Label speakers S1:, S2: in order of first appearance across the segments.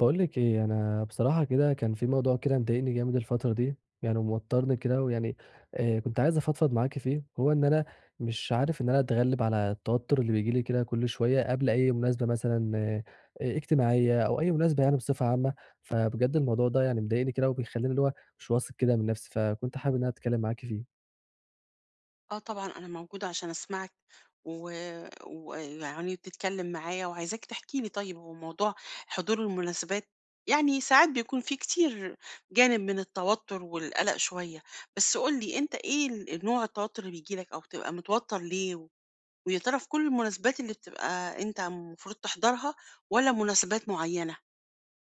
S1: باقول لِك إيه، أنا بصراحة كده كان في موضوع كده مضايقني جامد الفترة دي، يعني وموتّرني كده ويعني كنت عايز أفضفض معاكِ فيه، هو إن أنا مش عارف إن أنا أتغلِّب على التوتُّر اللي بييجي لي كده كل شوية قبل أي مناسبة مثلًا اجتماعية أو أي مناسبة يعني بصفة عامة، فبجد الموضوع ده يعني مضايقني كده وبيخلّيني اللي هو مش واثق كده من نَفْسي، فكنت حابب إن أنا أتكلِّم معاكِ فيه.
S2: آه، طبعًا أنا موجودة عشان أسمعِك، و وتتكلم معايا وعايزاك تحكي لي. طيب، هو موضوع حضور المناسبات يعني ساعات بيكون فيه كتير جانب من التوتر والقلق شوية، بس قُل لي أنت إيه نوع التوتر اللي بييجي لك، أو بتبقى متوتر ليه؟ ويا ترى في كل المناسبات اللي بتبقى أنت المفروض تحضرها، والّا مناسبات معينة؟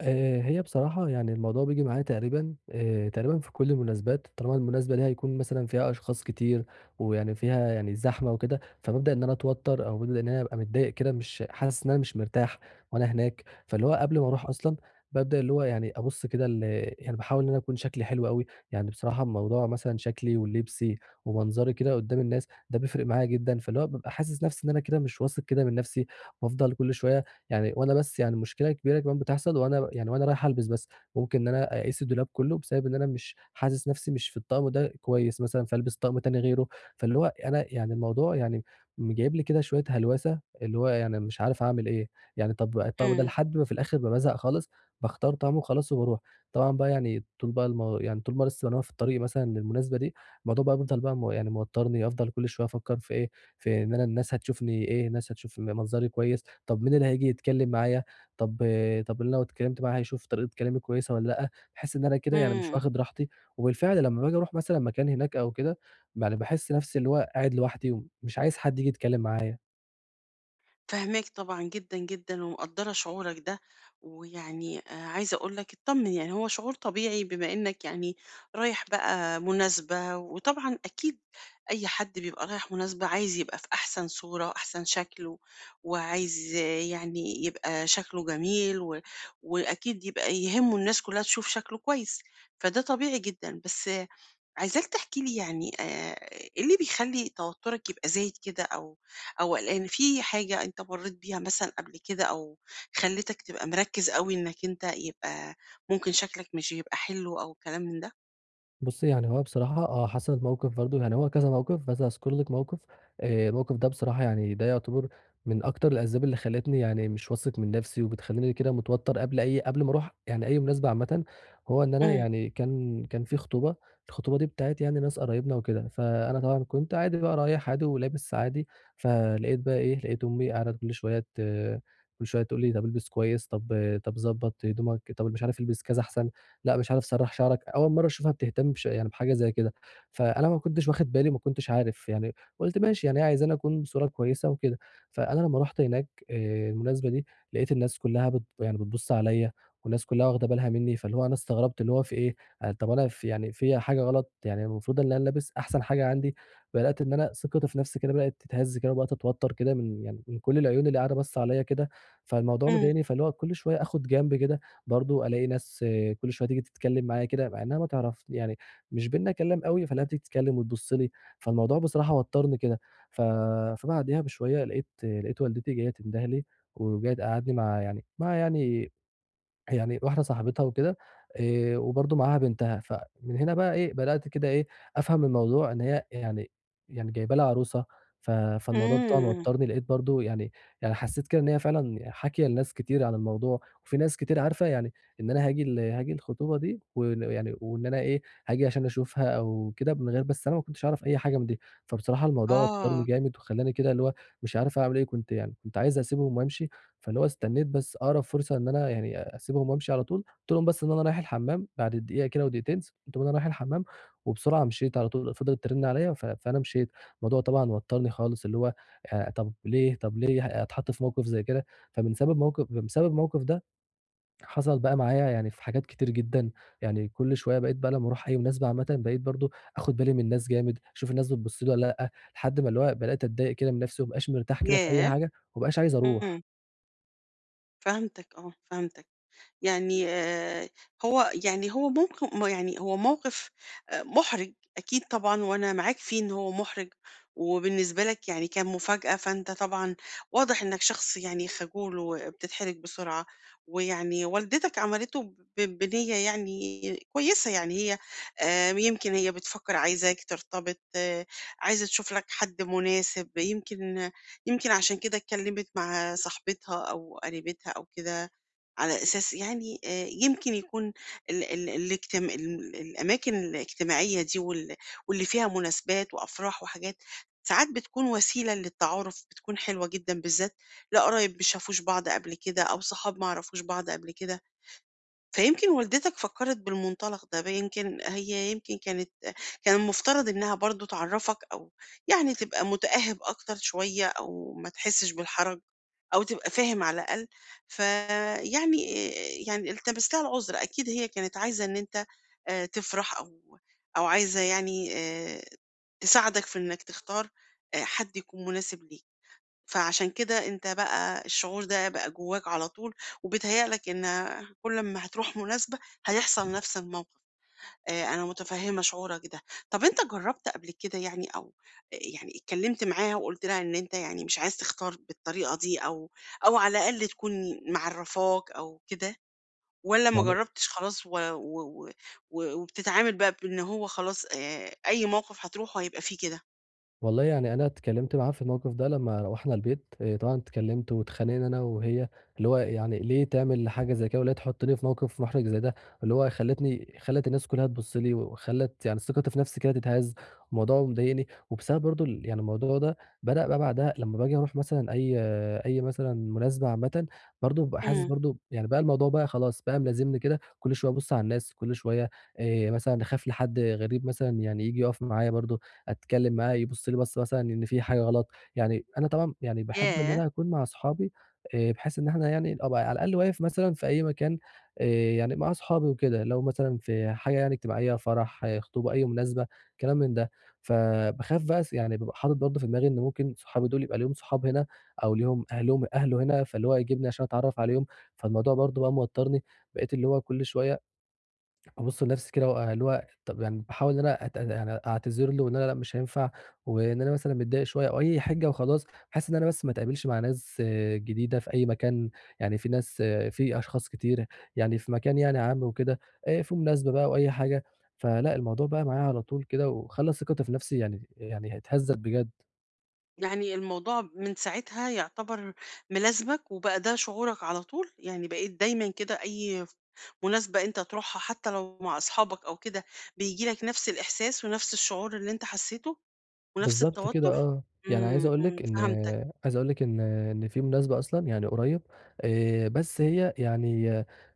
S1: هي بصراحة يعني الموضوع بييجي معايا تقريبًا تقريبًا في كل المناسبات، طالما المناسبة دي هيكون مثلًا فيها أشخاص كتير، ويعني فيها يعني زحمة وكده، فبابدأ إن أنا أتوتر، أو بابدأ إن أنا أبقى متضايق كده، مش حاسس إن أنا مش مرتاح وأنا هناك، فاللي هو قبل ما أروح أصلًا، بابدأ اللي هو يعني أبُص كده يعني باحاول إن أنا أكون شكلي حلو أوي، يعني بصراحة الموضوع مثلًا شكلي ولبسي ومنظري كده قدّام الناس، ده بيفرق معايا جدًا، فاللي هو بابقى حاسس نفسي إن أنا كده مش واثق كده من نفسي، وأفضل كل شوية يعني وأنا بس يعني مشكلة كبيرة كمان بتحصل وأنا يعني وأنا رايح ألبس بس، ممكن إن أنا أقيس الدولاب كلّه بسبب إن أنا مش حاسس نَفْسي مش في الطقم ده كويس مثلًا، فالبس طقم تاني غيره، فاللي هو أنا يعني الموضوع يعني جايب لي كده شوية هلوسة، اللي هو يعني مش عارف أعمل إيه، يعني طَب الطقم ده
S2: إمم،
S1: لحد ما في الآخر ما بازهق خالص، باختار طقم وخلاص وباروح. طبعًا بقى يعني طول بقى المو يعني طول ما لسه وأنا في الطريق مثلًا للمناسبة دي، الموضوع بقى بيفضل بقى يعني موتّرني، أفضل كل شوية أفكّر في إيه في إن أنا الناس هتشوفني إيه، الناس هتشوف منظري كويس، طب مين اللي هييجي يتكلّم معايا، طب طب أنا لو اتكلّمت معاه هيشوف طريقة كلامي كويسة والّا لأ، باحس إن أنا كده يعني مش
S2: إمم.
S1: واخد راحتي، وبالفعل لمّا باجي أروح مثلًا مكان هناك أو كده، يعني باحس نَفْسي اللي هو قاعد لوحدي ومش عايز حد ييجي يتكلّم معايا.
S2: فاهماك طبعًا، جدًا جدًا، ومقدّرة شعورك ده، ويعني عايزة أقول لك اتطمن، يعني هو شعور طبيعي بما إنك يعني رايح بقى مناسبة، وطبعًا أكيد أي حد بيبقى رايح مناسبة عايز يبقى في أحسن صورة، أحسن شكل، و وعايز، آه، يعني يبقى شكله جميل، و وأكيد يبقى يهمه الناس كلها تشوف شكله كويس، فده طبيعي جدًا. بس عايزاك تحكي لي، يعني إيه اللي بيخلّي توتُّرك يبقى زايد كده، أو قلقان؟ في حاجة أنت مرّيت بيها مثلًا قبل كده، أو خلّتك تبقى مركّز أوي إنك أنت يبقى ممكن شكلك مش يبقى حلو أو كلام من ده؟
S1: بُصّي، يعني هو بصراحة آه، حصلت موقف برضه، يعني هو كذا موقف بس هاذكر لِك موقف، الموقف ده بصراحة يعني ده يعتبر من أكتر الأسباب اللي خلّتني يعني مش واثق من نَفْسي وبتخلّيني كده متوتّر قبل ما أروح يعني أي مناسبة عامةً، هو إن أنا
S2: إمم،
S1: يعني كان في خطوبة، الخطوبة دي بتاعة يعني ناس قرايبنا وكده، فأنا طبعًا كنت عادي بقى رايح عادي ولابس عادي، فلقيت بقى إيه، لقيت أمي قاعدة كل شوية تقول لي: "طَب البس كويس، طَب ضبّط هدومك، طَب مش عارف البس كذا أحسن." لأ مش عارف سرّح شعرك، أول مرّة أشوفها بتهتم يعني بحاجة زي كده، فأنا ما كنتش واخد بالي وما كنتش عارف يعني، قُلت ماشي يعني هي عايزاني أكون بصورة كويسة وكده، فأنا لمّا رُحت هناك المناسبة دي، لقيت الناس كلّها يعني بتبُص عليَّ والناس كلّها واخدة بالها منّي، فاللي هو أنا استغربت اللي هو في إيه، آه، طَب أنا يعني فيّا حاجة غلط، يعني المفروض إن أنا لابس أحسن حاجة عندي، بدأت إن أنا ثقتي في نَفْسي كده بدأت تتهز كده وبدأت أتوتّر كده من يعني من كل العيون اللي قاعدة باصّة عليَّ كده، فالموضوع
S2: إمم،
S1: مضايقني، فاللي هو كل شوية آخُد جنب كده برضه ألاقي ناس وكل شوية تيجي تتكلم معايا كده، مع إنها ما تعرف يعني مش بيننا كلام أوي، فالاقيها بتيجي تتكلم وتبُص لي، فالموضوع بصراحة وتّرني كده، ف فبعديها بشوية لقيت والدتي جاية تنده لي، وجاية تقعّدني مع واحدة صاحبتها وكده وبرضه معاها بنتها، فمن هنا بقى إيه، بدأت كده إيه، أفهم الموضوع إن هي يعني جايبة لها عروسة، فالموضوع ده طبعًا
S2: إمم،
S1: وتّرني، لقيت برضه يعني حسّيت كده إن هي فعلًا حاكية لناس كتير عن الموضوع، وفي ناس كتير عارفة يعني إن أنا هاجي الخطوبة دي وإن وإن أنا إيه، هاجي عشان أشوفها أو كده من غير بس أنا ما كنتش أعرف أي حاجة من دي، فبصراحة الموضوع وتّرني
S2: آه،
S1: جامد وخلّاني كده اللي هو مش عارف أعمل إيه، كنت عايز أسيبهم وأمشي فاللي هو استنّيت بس أقرب فرصة إن أنا يعني أسيبهم وأمشي على طول، قُلت لهم بس إن أنا رايح الحمّام بعد دقيقة كده ودقيقتين قُلت لهم إن أنا رايح الحمّام، وبسرعة مشيت على طول، فضلت ترن عليَّ فأنا مشيت، الموضوع طبعًا وتّرني خالص اللي هو طب ليه، طب ليه أتحط في موقف زي كده؟ فمن سبب موقف بسبب الموقف ده حصل بقى معايا يعني في حاجات كتير جدًا، يعني كل شوية بقيت بقى لمّا أروح أي مناسبة عامةً بقيت برضه آخد بالي من الناس جامد، أشوف الناس بتبُص لي والّا لأ، لحد ما اللي هو بدأت أتضايق كده من نفسي وما أبقاش مرتاح كده في أي
S2: ياه!
S1: حاجة، وما بقاش عايز
S2: إمم،
S1: أروح،
S2: فهمتك. آه، فهمتك. يعني هو، يعني هو ممكن، ما يعني هو موقف مُحرِج، أكيد طبعًا، وأنا معاك فيه إن هو مُحرِج، وبالنسبة لك يعني كان مفاجأة، فأنت طبعًا واضح إنّك شخص يعني خجول وبتتحرج بسرعة، ويعني والدتك عملته بنيّة يعني كويسة. يعني هي يمكن هي بتفكّر عايزاك ترتبط، آه، عايزة تشوف لك حد مناسب، يمكن عشان كده اتكلّمت مع صاحبتها أو قريبتها أو كده، على أساس يعني يمكن يكون ال ال الاجتم ال الأماكن الاجتماعية دي واللي فيها مناسبات وأفراح وحاجات، ساعات بتكون وسيلة للتعارُف، بتكون حلوة جدًا، بالذات لقرايب ما شافوش بعض قبل كده، أو صحاب ما يعرفوش بعض قبل كده. فيمكن والدتك فكّرت بالمنطلق ده، يمكن هي، يمكن كانت، كان المفترض إنها برضه تعرّفك، أو يعني تبقى متأهِّب أكتر شوية، أو ما تحسّش بالحرج، أو تبقى فاهم على الأقل. فيعني يعني التمِس لها العُذر، أكيد هي كانت عايزة إن أنت تفرح، أو عايزة يعني تساعدك في إنّك تختار حد يكون مناسب ليك. فعشان كده أنت بقى الشعور ده بقى جواك على طول، وبيتهيأ لك إن كل أمّا هتروح مناسبة هيحصل نفس الموقف. أنا متفهمة شعورك ده. طب أنت جربت قبل كده، يعني أو يعني اتكلمت معاها وقلت لها إن أنت يعني مش عايز تختار بالطريقة دي، أو على الأقل تكون معرّفاك أو كده، والّا ما
S1: يعني
S2: جربتش خلاص و و و وبتتعامل بقى بإن هو خلاص أي موقف هتروحه هيبقى فيه كده؟
S1: والله يعني أنا اتكلّمت معاه في الموقف ده لمّا روّحنا البيت، طبعًا اتكلّمت واتخانقنا أنا وهي، اللي هو يعني ليه تعمل حاجة زي كده، وليه تحطّني في موقف محرج زي ده، اللي هو خلّتني خلّت الناس كلّها تبُص لي، وخلّت يعني ثقتي في نفسي كده تتهز، الموضوع مضايقني، وبسبب برضه يعني الموضوع ده بدأ بقى بعدها لمّا باجي أروح مثلًا أي أي مثلًا مناسبة عامةً، برضه بابقى حاسس
S2: إمم.
S1: برضه يعني بقى الموضوع بقى خلاص بقى ملازمني كده، كل شوية أبُص على الناس، كل شوية مثلًا أخاف لحد غريب مثلًا يعني ييجي يقف معايا برضه أتكلّم معاه يبُص لي بَصّة مثلًا إن في حاجة غلط، يعني أنا طبعًا يعني باحب إن
S2: ياه!
S1: أنا أكون مع أصحابي بحيث إن إحنا يعني أبقى على الأقل واقف مثلًا في أي مكان آآ، يعني مع أصحابي وكده، لو مثلًا في حاجة يعني اجتماعية، فرح، آه، خطوبة، أي مناسبة، كلام من ده. فباخاف بقى يعني بابقى حاطط برضه في دماغي إن ممكن صحابي دول يبقى ليهم صحاب هنا أو ليهم أهله هنا، فاللي هو يجيبني عشان أتعرّف عليهم، فالموضوع برضه بقى موتّرني، بقيت اللي هو كل شوية أبُصّ لنَفْسي كده اللي هو طَب يعني باحاول إن أنا يعني أعتذر له وإن أنا لأ مش هينفع، وإن أنا مثلًا متضايق شوية أو أي حِجّة وخلاص، بحيث إن أنا بس ما اتقابلش مع ناس جديدة في أي مكان، يعني في ناس آه، في أشخاص كتير، يعني في مكان يعني عام وكده، في مناسبة بقى أو أي حاجة، فلأ الموضوع بقى معايا على طول كده وخلّى ثقتي في نَفْسي يعني اتهزّت بجد.
S2: يعني الموضوع من ساعتها يعتبر ملازمك، وبقى ده شعورك على طول، يعني بقيت دايما كده أي مناسبة أنت تروحها حتى لو مع أصحابك أو كده بيجيلك نفس الإحساس، ونفس الشعور اللي أنت حسيته، ونفس
S1: بالضبط كده
S2: التوتر؟
S1: آه، يعني عايز
S2: إمم،
S1: أقول
S2: إمم،
S1: لِك إن
S2: فهمتك،
S1: عايز أقول لِك إن إن في مناسبة أصلًا يعني قريب بس هي يعني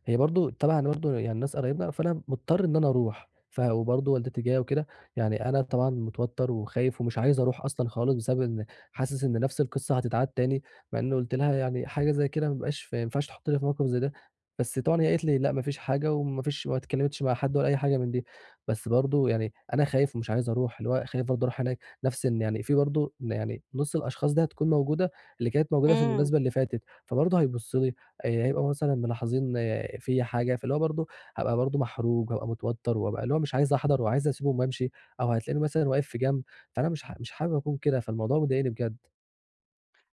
S1: هي برضه تبع برضه يعني ناس قرايبنا، فأنا مضطر إن أنا أروح، وبرضه والدتي جاية وكده، يعني أنا طبعًا متوتر وخايف ومش عايز أروح أصلًا خالص، بسبب إن حاسس إن نفس القصة هتتعاد تاني، مع إني قُلت لها يعني حاجة زي كده ما بيبقاش ما ينفعش تحطّني في موقف زي ده، بس طبعًا هي قالت لي: "لأ ما فيش حاجة وما فيش ما اتكلمتش مع حد ولا أي حاجة من دي." بس برضه يعني أنا خايف ومش عايز أروح، اللي هو خايف برضه أروح هناك. نفس إن يعني في برضه إن يعني نُص الأشخاص دي هتكون موجودة، اللي كانت موجودة في
S2: إمم.
S1: المناسبة اللي فاتت، فبرضه هيبُصّوا لي، يعني هيبقوا مثلًا ملاحظين فيّا حاجة، فاللي هو برضه هابقى برضه محروج وهابقى متوتر وهابقى اللي هو مش عايز أحضر وعايز أسيبهم وأمشي، أو هتلاقيني مثلًا واقف في جنب، فأنا مش حابب أكون كده، فالموضوع مضايقني بجد.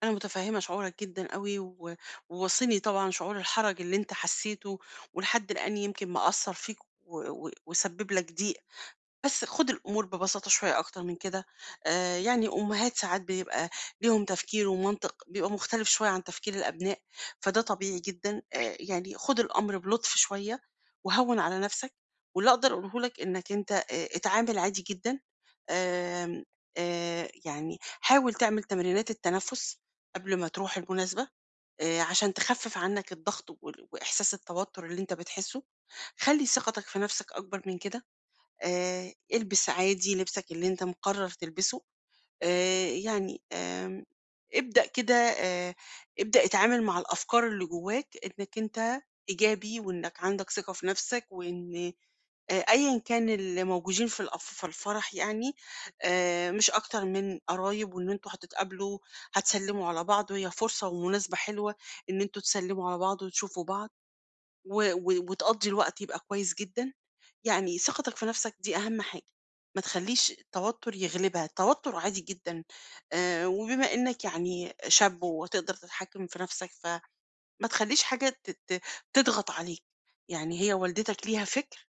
S2: أنا متفهمة شعورك جدًا أوي، و وواصلني طبعًا شعور الحرج اللي أنت حسيته، ولحد الآن يمكن مأثر فيك، و و وسبب لك ضيق. بس خُد الأمور ببساطة شوية أكتر من كده. يعني الأمهات ساعات بيبقى ليهم تفكير ومنطق بيبقى مختلف شوية عن تفكير الأبناء، فده طبيعي جدًا. يعني خُد الأمر بلطف شوية، وهوِّن على نَفْسك، واللي أقدر أقوله لك إنك أنت اتعامل عادي جدًا. آمم يعني حاول تعمل تمرينات التنفُّس قبل ما تروح المناسبة، عشان تخفِّف عنّك الضغط وإحساس التوتُّر اللي أنت بتحسّه، خلّي ثقتك في نَفْسك أكبر من كده. البس عادي لبسك اللي أنت مقرّر تلبسه. يعني، ابدأ كده آآ ابدأ اتعامل مع الأفكار اللي جواك إنّك أنت إيجابي، وإنّك عندك ثقة في نَفْسك، وإن أيًا كان اللي موجودين في الأف في الفرح، يعني مش أكتر من قرايب، وإن أنتم هتتقابلوا، هتسلِّموا على بعض، وهي فرصة ومناسبة حلوة إن أنتم تسلِّموا على بعض وتشوفوا بعض، و و وتقضّي الوقت يبقى كويس جدًا. يعني ثقتك في نفسك دي أهم حاجة، ما تخلّيش التوتر يغلبها، التوتر عادي جدًا. وبما إنك يعني شاب وتقدر تتحكم في نفسك، فما تخلّيش حاجة ت ت تضغط عليك. يعني هي والدتك ليها فِكر،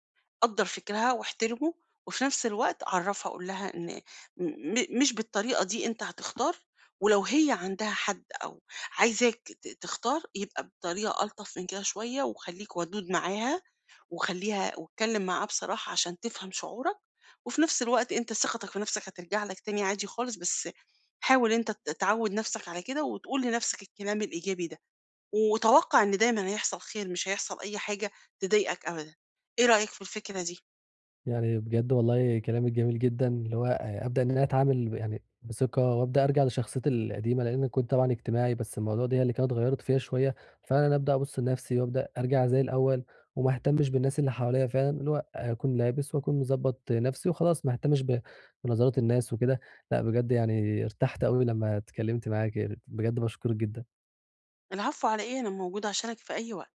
S2: قدّر فكرها واحترمه، وفي نفس الوقت عرّفها، قُل لها إن مش بالطريقة دي أنت هتختار، ولو هي عندها حد أو عايزاك تختار يبقى بطريقة ألطف من كده شوية، وخلّيك ودود معاها، وخلّيها واتكلّم معاها بصراحة عشان تفهم شعورك، وفي نفس الوقت أنت ثقتك في نفسك هترجع لك تاني عادي خالص. بس حاول أنت تعوّد نفسك على كده، وتقول لنفسك الكلام الإيجابي ده، وتوقّع إن دايمًا هيحصل خير، مش هيحصل أي حاجة تضايقك أبدًا. إيه رأيك في الفكرة دي؟
S1: يعني بجد والله كلامِك جميل جدًا، اللي هو أبدأ إن أنا أتعامل يعني بثقة وأبدأ أرجع لشخصيتي القديمة، لإن كنت طبعًا اجتماعي، بس المواضيع دي هي اللي كانت غيّرت فيّا شوية، فعلًا أبدأ أبُص لنفسي وأبدأ أرجع زي الأول وما أهتمش بالناس اللي حواليّا فعلًا، اللي هو أكون لابس وأكون مضبّط نفسي وخلاص ما أهتمش بنظرات الناس وكده، لأ بجد يعني ارتحت أوي لمّا اتكلمت معاكِ، بجد باشكرِك جدًا.
S2: العفو، على إيه؟ أنا موجودة عشانك في أي وقت.